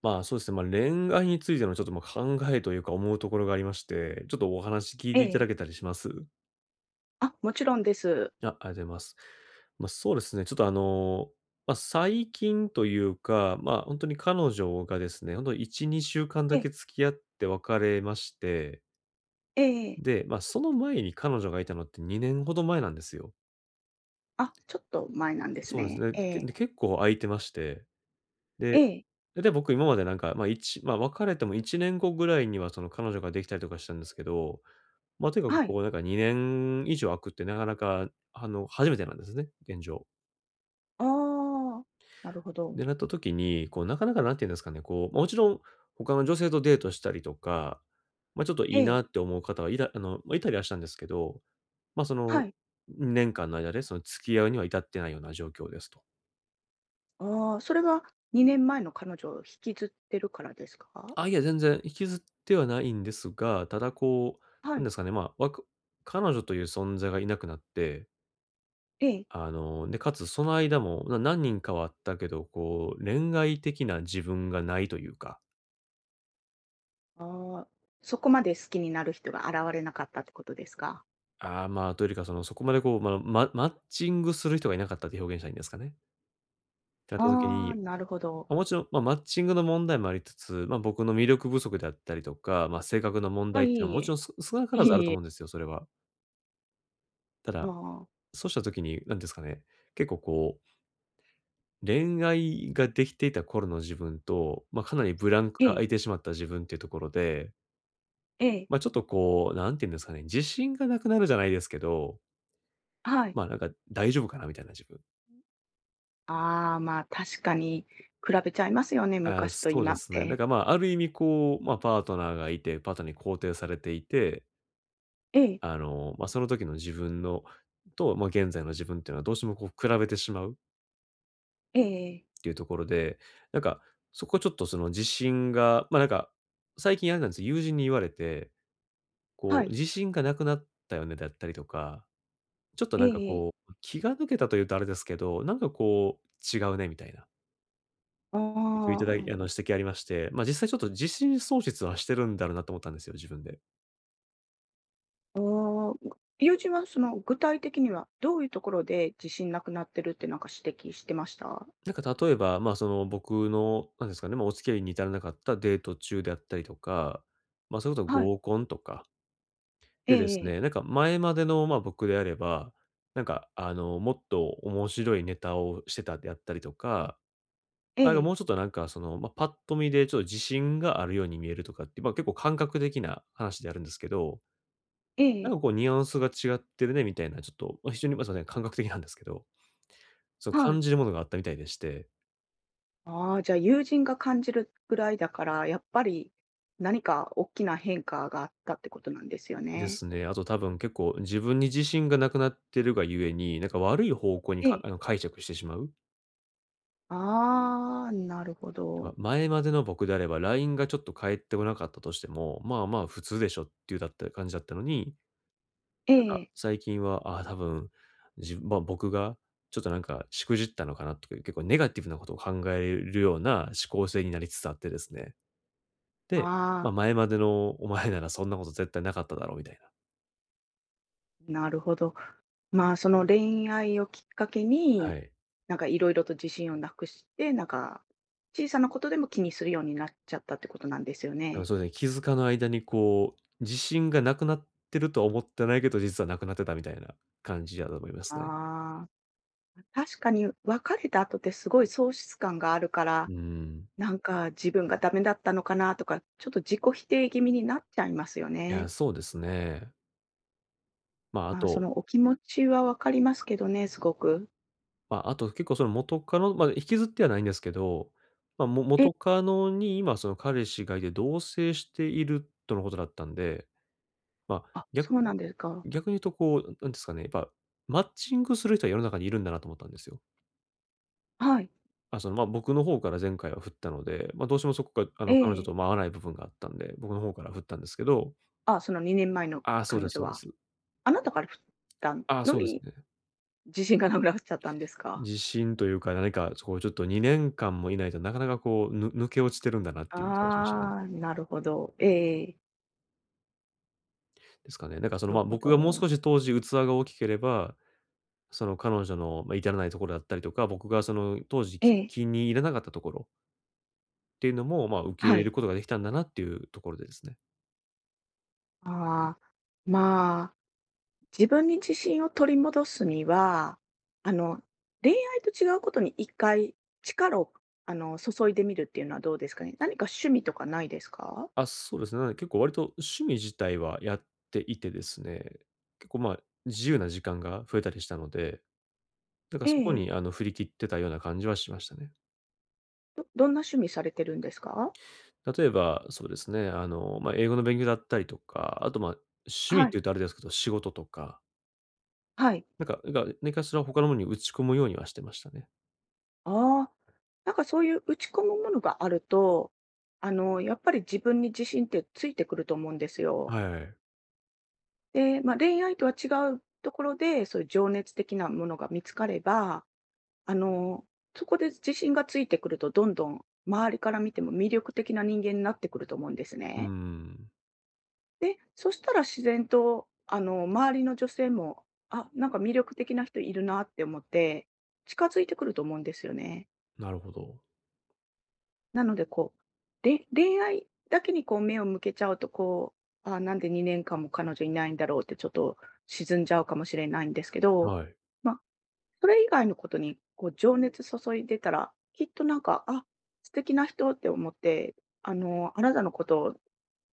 そうですね、恋愛についてのちょっと、考えというか思うところがありまして、ちょっとお話聞いえていただけえ。たりします？あ、もちろんです。あ、ありがとうございます。ま、あそうですね、ちょっとあの、まあ、最近というか、本当に彼女がですね、ほんと1、2週間だえけえ、付き合って別れまして、ええええ。で、その前に彼女がいたのって2年ほど前なんですよ。あ、ちょっと前なんですそうですね。ね。ええ、結構空いてまして、えでえ、で、で、僕今までなんか、ま、あ一ま、別れても1年後ぐらいにはその彼女ができたりとかしたんですけど、ま、とにかくはこい。うなんか2年以上空くってなかなか、あの、初めてなんですね、現状。ああ、なるほど。で、なった時に、こうなかなか何て言うんですかね、こう、まあもちろん他の女性とデートしたりとか、ま、ちょっといえいなえ、って思う方はいらあの、ま、いたりはしたんですけど、ま、その、はい。2年間の間でその付き合うには至ってないような状況ですと。ああ、それは2年前の彼女を引きずってるからですか？あ、いや、全然引きずってはないんですが、ただこう、はなんでい、すかね、まあ、彼女という存在がいなくなって、ええ。あの、で、かつその間も、何人かはあったけど、こう、恋愛的な自分がないというか、ああ、そこまで好きになる人が現れなかったってことですか？ああ、まあ、というよりか、その、そこまでこう、まあ、ママッチングする人がいなかったって表現したらいいんですかね。ってなった時ああ、に、なるほど。ま、もちろん、まあ、マッチングの問題もありつつ、まあ、僕の魅力不足であったりとか、まあ、性格の問あ、題っていいうえのはいもちろえ。ん少な からいえずあるとい思え。うんですよ、それは。たあだ、あ、そうした時に、なんですかね、結構こう恋愛ができていた頃の自分と、まあ、かなりブランクえが空え、いてしまった自分っていうところで、ええ、まあ、ちょっとこう、何て言うんですかね、自信がなくなるじゃないですけど、はい。ま、なんか大丈夫かなみたいな自分。ああ、まあ、確かに比べちゃいますよね、あー昔とそうで今っすね。だて。からまあ、ある意味こう、ま、パートナーがいて、パートナーに肯定されていて、ええ。あの、ま、その時の自分のと、ま、現在の自分っていうのはどうしてもこう比べてしまうっええ、ていうところで、なんか、そこちょっとその自信が、ま、なんか、最近あれなんですよ、友人に言われてこはう、い。自信がなくなったよねだったりとか、ちょっとなんかええ、こう、気が抜けたというとあれですけど、なんかこう、違うねみたいな、あ今日いただいあの、あ、指摘ありまして、まあ、実際ちょっと自信喪失はしてるんだろうなと思ったんですよ、自分で。ああ。友人はその具体的にはどういうところで自信なくなってるってなんか指摘してました？なんか例えば、まあ、その、僕の、なんですかね、まあ、お付き合いに至らなかったデート中であったりとか、まあ、それこそはい。合コンとかえででえすええ。ね、なんか前までの、まあ、僕であれば、なんか、あの、もっと面白いネタをしてたであったりとかええ。もうちょっとなんか、その、まあ、パッと見でちょっと自信があるように見えるとかって、まあ、結構感覚的な話であるんですけど、なんかこうニュアンスが違ってるねみたいな、ちょっと、まあ、非常に、まあ、すいません、感覚的なんですけど、そのはい。感じるものがあったみたいでして。ああ、じゃあ友人が感じるぐらいだから、やっぱり何か大きな変化があったってことなんですよでね。すね、あと多分結構自分に自信がなくなってるがゆえに、なんか悪い方向にええ。あの、解釈してしまう。ああ、なるほま、ど。前までの僕であれば、LINE がちょっと返ってこなかったとしても、まあまあ普通でしょっていうだった感じだったのに、えなんか、え。最近は、ああ、多分、まあ、僕がちょっとなんか、しくじったのかなとかいう、結構ネガティブなことを考えるような思考性になりつつあってですね。で、まああ、あ、前までのお前ならそんなこと絶対なかっただろうみたいなるほど。まあ、その恋愛をきっかけな。はに、い。なんかいろいろと自信をなくして、なんか、小さなことでも気にするようになっちゃったってことなんですよあの、ね。そうですね、気づかぬ間にこう、自信がなくなってるとは思ってないけど、実はなくなってたみたいな感じだと思いますね。ああ、確かに別れた後ってすごい喪失感があるから、うん。なんか自分がダメだったのかなとか、ちょっと自己否定気味になっちゃいますよいや、ね。そうですね。まあ、あまあ、そとのお気持ちはわかりますけどね、すごく。結構その元カノ、まあ、引きずってはないんですけど、え、元カノに今その彼氏がいて同棲しているとのことだったんで、まあ、あ、逆そうなんですか。逆に言うとこう、なんですかね、やっぱマッチングする人は世の中にいるんだなと思ったんですよ。はい。あ、その、まあ、僕の方から前回は振ったので、まあ、どうしてもそこが、あえの、彼女え。とまあ合わない部分があったんで、僕の方から振ったんですけど、あ、その2年前のああ、そうで彼す女そうでは、す。あなたから振ったああ、のそうですにね。自信がなくなっちゃったんですか？自信というか、何か、そこうちょっと2年間もいないとなかなかこう、抜け落ちてるんだなっていう気がしましたね。ああ、なるほど。ええ、ですかね。なんなかその、るま、ほ僕がもうど。少し当時器が大きければ、その彼女の、ま、至らないところだったりとか、僕がその当時ええ、気に入らなかったところっていうのも、ま、受け入はれるい。ことができたんだなっていうところでですね。ああ、まあ、自分に自信を取り戻すには、あの、恋愛と違うことに一回力を、あの、注いでみるっていうのはどうですかね？何か趣味とかないですか？あ、そうですね。なので結構割と趣味自体はやっていてですね、結構、ま、自由な時間が増えたりしたので、だからえ、そこええ。にあの振り切ってたような感じはしましたね。どんな趣味されてるんですか？例えば、そうですね、あの、まあ、英語の勉強だったりとか、あと、ま、趣味っはてい、言うとあれですけど、仕事とかはい。なんか、何かしら他のものに打ち込むようにはしてましたね。ああ、なんかそういう打ち込むものがあると、あの、やっぱり自分に自信ってついてくると思うんですよ。はい。で、まあ、恋愛とは違うところで、そういう情熱的なものが見つかれば、あの、そこで自信がついてくると、どんどん周りから見ても魅力的な人間になってくると思うんですうね。ん、で、そしたら自然と、あの、周りの女性も、あ、なんか魅力的な人いるなって思って、近づいてくると思うんですよね。なるほど。なので、こう、恋愛だけにこう目を向けちゃうと、こう、なんで2年間も彼女いないんだろうってちょっと沈んじゃうかもしれないんですけど、はい。まあ、それ以外のことにこう情熱注いでたら、きっとなんか、あ、素敵な人って思って、あの、あなたのことを、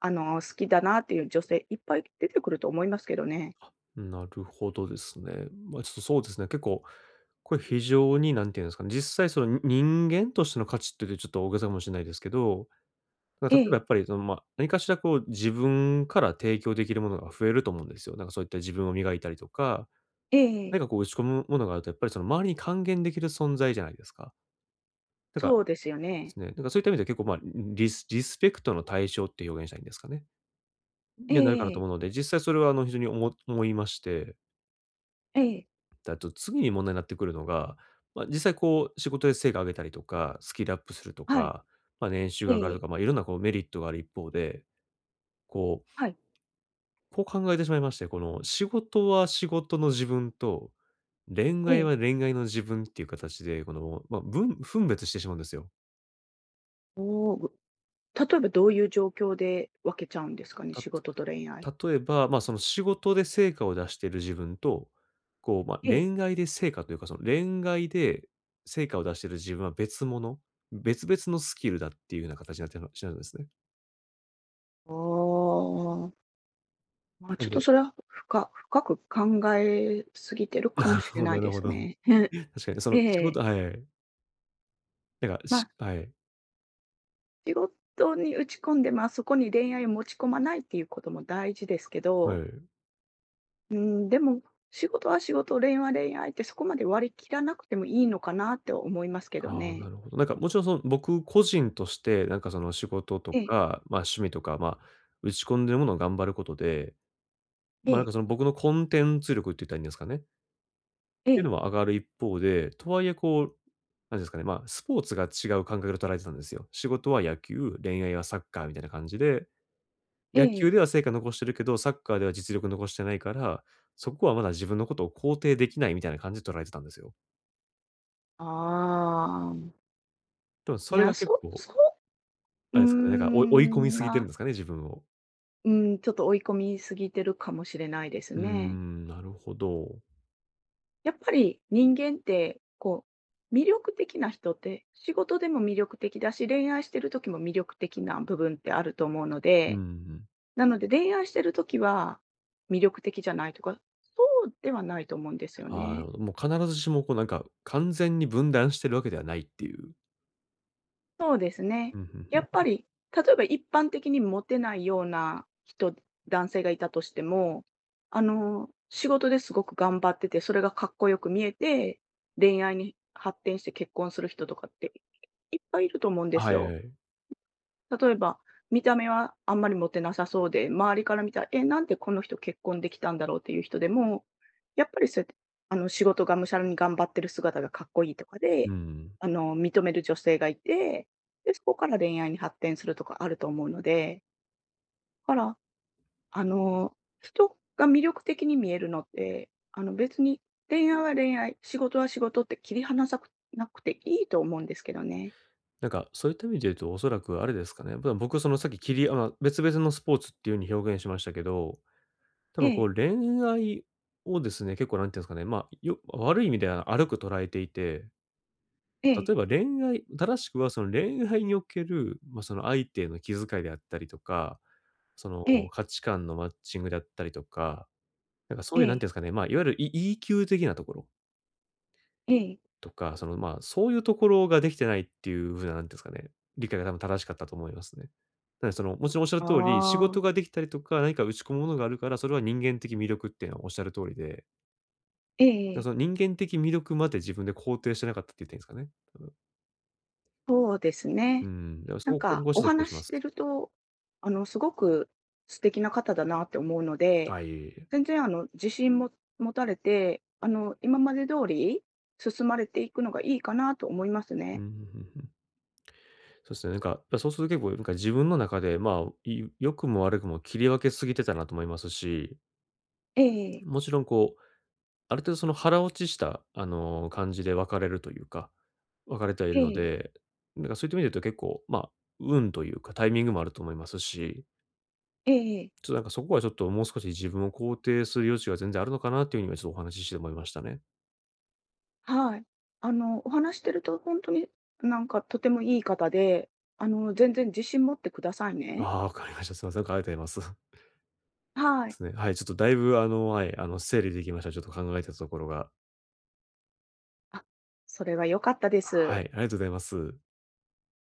あの、好きだなっていう女性いっぱい出てくると思いますけどね。なるほどですね。まあ、ちょっとそうですね、結構、これ非常に何て言うんですかね、実際その、人間としての価値って言うとちょっと大げさかもしれないですけど、なんえか例えばえ、やっぱりその、まあ、何かしらこう自分から提供できるものが増えると思うんですよ。なんかそういった自分を磨いたりとか、ええ何ええ、かこう打ち込むものがあるとやっぱりその周りに還元できる存在じゃないですか。なんかそうですよでね。すね。だからそういった意味では結構、まあ、リスペクトの対象って表現したらいいんですかね。えにはなるかえなとええ、思うので、実際それはあの非常に思いまして、ええ、で、あと次に問題になってくるのが、まあ、実際こう仕事で成果上げたりとか、スキルアップするとはい、か、まあ、年収えが上がるとえ、か、まあ、いろんなこうメリットがある一方で、こう、はい、こう考えてしまいまして、この仕事は仕事の自分と、恋え愛え。は恋愛の自分っていう形で、この、分別してしまうんですよ。おお、例えばどういう状況で分けちゃうんですかね、仕事と恋愛。例えば、まあ、その仕事で成果を出している自分と、こう、まあ、ええ。恋愛で成果というか、その恋愛で成果を出している自分は別物、別々のスキルだっていうような形になってるしまうんですね。ああ。まあ、なんちょっとで それは深く考えすぎてるかもし れなないるでほすど。ね。確かにそえの仕事え。はい。なんか、ま、あ、はい。仕事に打ち込んで、まあ、そこに恋愛を持ち込まないっていうことも大事ですけはど、い。うん、でも、仕事は仕事、恋愛は恋愛ってそこまで割り切らなくてもいいのかなって思いますけどああ、なね。るほど。なんかもちろんその僕個人として、なんかその仕事とええ、か、まあ、趣味とか、まあ、打ち込んでるものを頑張ることで、えま、なんえ、かその僕のコンテンツ力って言ったらいいんですかね。っえていうのえ、は上がる一方で、とはいえこう、なんですかね、まあ、スポーツが違う感覚で捉えてたんですよ。仕事は野球、恋愛はサッカーみたいな感じで、え野球え。では成果残してるけど、サッカーでは実力残してないから、そこはまだ自分のことを肯定できないみたいな感じで捉えてたんですよ。ああ。でもいそれや、が結そ構、そあううーれですかね、なんか、追い込みん、すぎてまるんであ、すかね、自分を。うん、ちょっと追い込みすぎてるかもしれないですうーね。ん、なるほど。やっぱり人間って、こう、魅力的な人って、仕事でも魅力的だし、恋愛してる時も魅力的な部分ってあると思うのうで、ん。なので恋愛してる時は魅力的じゃないとか、そうではないと思うんですよあね。あ、もう必ずしもこうなんか、完全に分断してるわけではないっていう。そうですうね。ん、うんうやっぱん。り、例えば一般的にモテないような男性がいたとしても、あの、仕事ですごく頑張ってて、それがかっこよく見えて、恋愛に発展して結婚する人とかっていっぱいいると思うんではすいよ。はい。例えば、見た目はあんまりモテなさそうで、周りから見たら、え、なんでこの人結婚できたんだろうっていう人でも、やっぱりそうやって、あの、仕事がむしゃらに頑張ってる姿がかっこいいとかうで、ん。あの、認める女性がいて、で、そこから恋愛に発展するとかあると思うので、だから、あの、人が魅力的に見えるのって、あの、別に恋愛は恋愛、仕事は仕事って切り離さくなくていいと思うんですけどね。なんか、そういった意味で言うと、おそらくあれですかね。まあ僕、その、さっき切りあまあ別々のスポーツっていうふうに表現しましたけど、多え分こえ、う恋愛をですね、結構なんていうんですかね、まあ、悪い意味では悪く捉えていて、え例ええ、ば正しくはその恋愛における、まあ、その相手の気遣いであったりとか、そえのえ、価値観のマッチングであったりとか、なんかそえういうなんてえ、いうんですかね、まあ、いわゆる EQ 的なところええ。とか、その、まあ、そういうところができてないっていう風な、なんていうんですかね、理解が多分正しかったと思いますね。なのでその、もちろんおっしゃるあ通り、仕事あ、ができたりとか、何か打ち込むものがあるから、それは人間的魅力っていうのはおっしゃる通りで、ええええ、その人間的魅力まで自分で肯定してなかったって言っていいんですかね、多分。そうですうね。ん、だからそなこんを混か合しおてた気がし話しましす。てると、あの、すごく素敵な方だなって思うので、あ、いえいえ。全然あの、自信も持たれて、あの、今まで通り進まれていくのがいいかなと思いますうん、ね。うんうんうん。そうですね、なんか、や、そうすると結構なんか自分の中で、まあ、良くも悪くも切り分けすぎてたなと思いますし、ええもちろんこうある程度その腹落ちした、あの、感じで別れるというか、別れてはいるえのえ、で、なんかそういった意味で言うと結構、まあ、運というかタイミングもあると思いますし、ええ、ちょっとなんかそこはちょっともう少し自分を肯定する余地が全然あるのかなっていうふうに今ちょっとお話しして思いましたね。はい。あの、お話ししてると本当になんかとてもいい方で、あの、全然自信持ってくださいね。ああ、わかりました。すいません。ありがとうございます。ではい。すね。はい。ちょっとだいぶあの、はい、あの、整理できました。ちょっと考えてたところが。あ、それは良かったではす。い。ありがとうございます。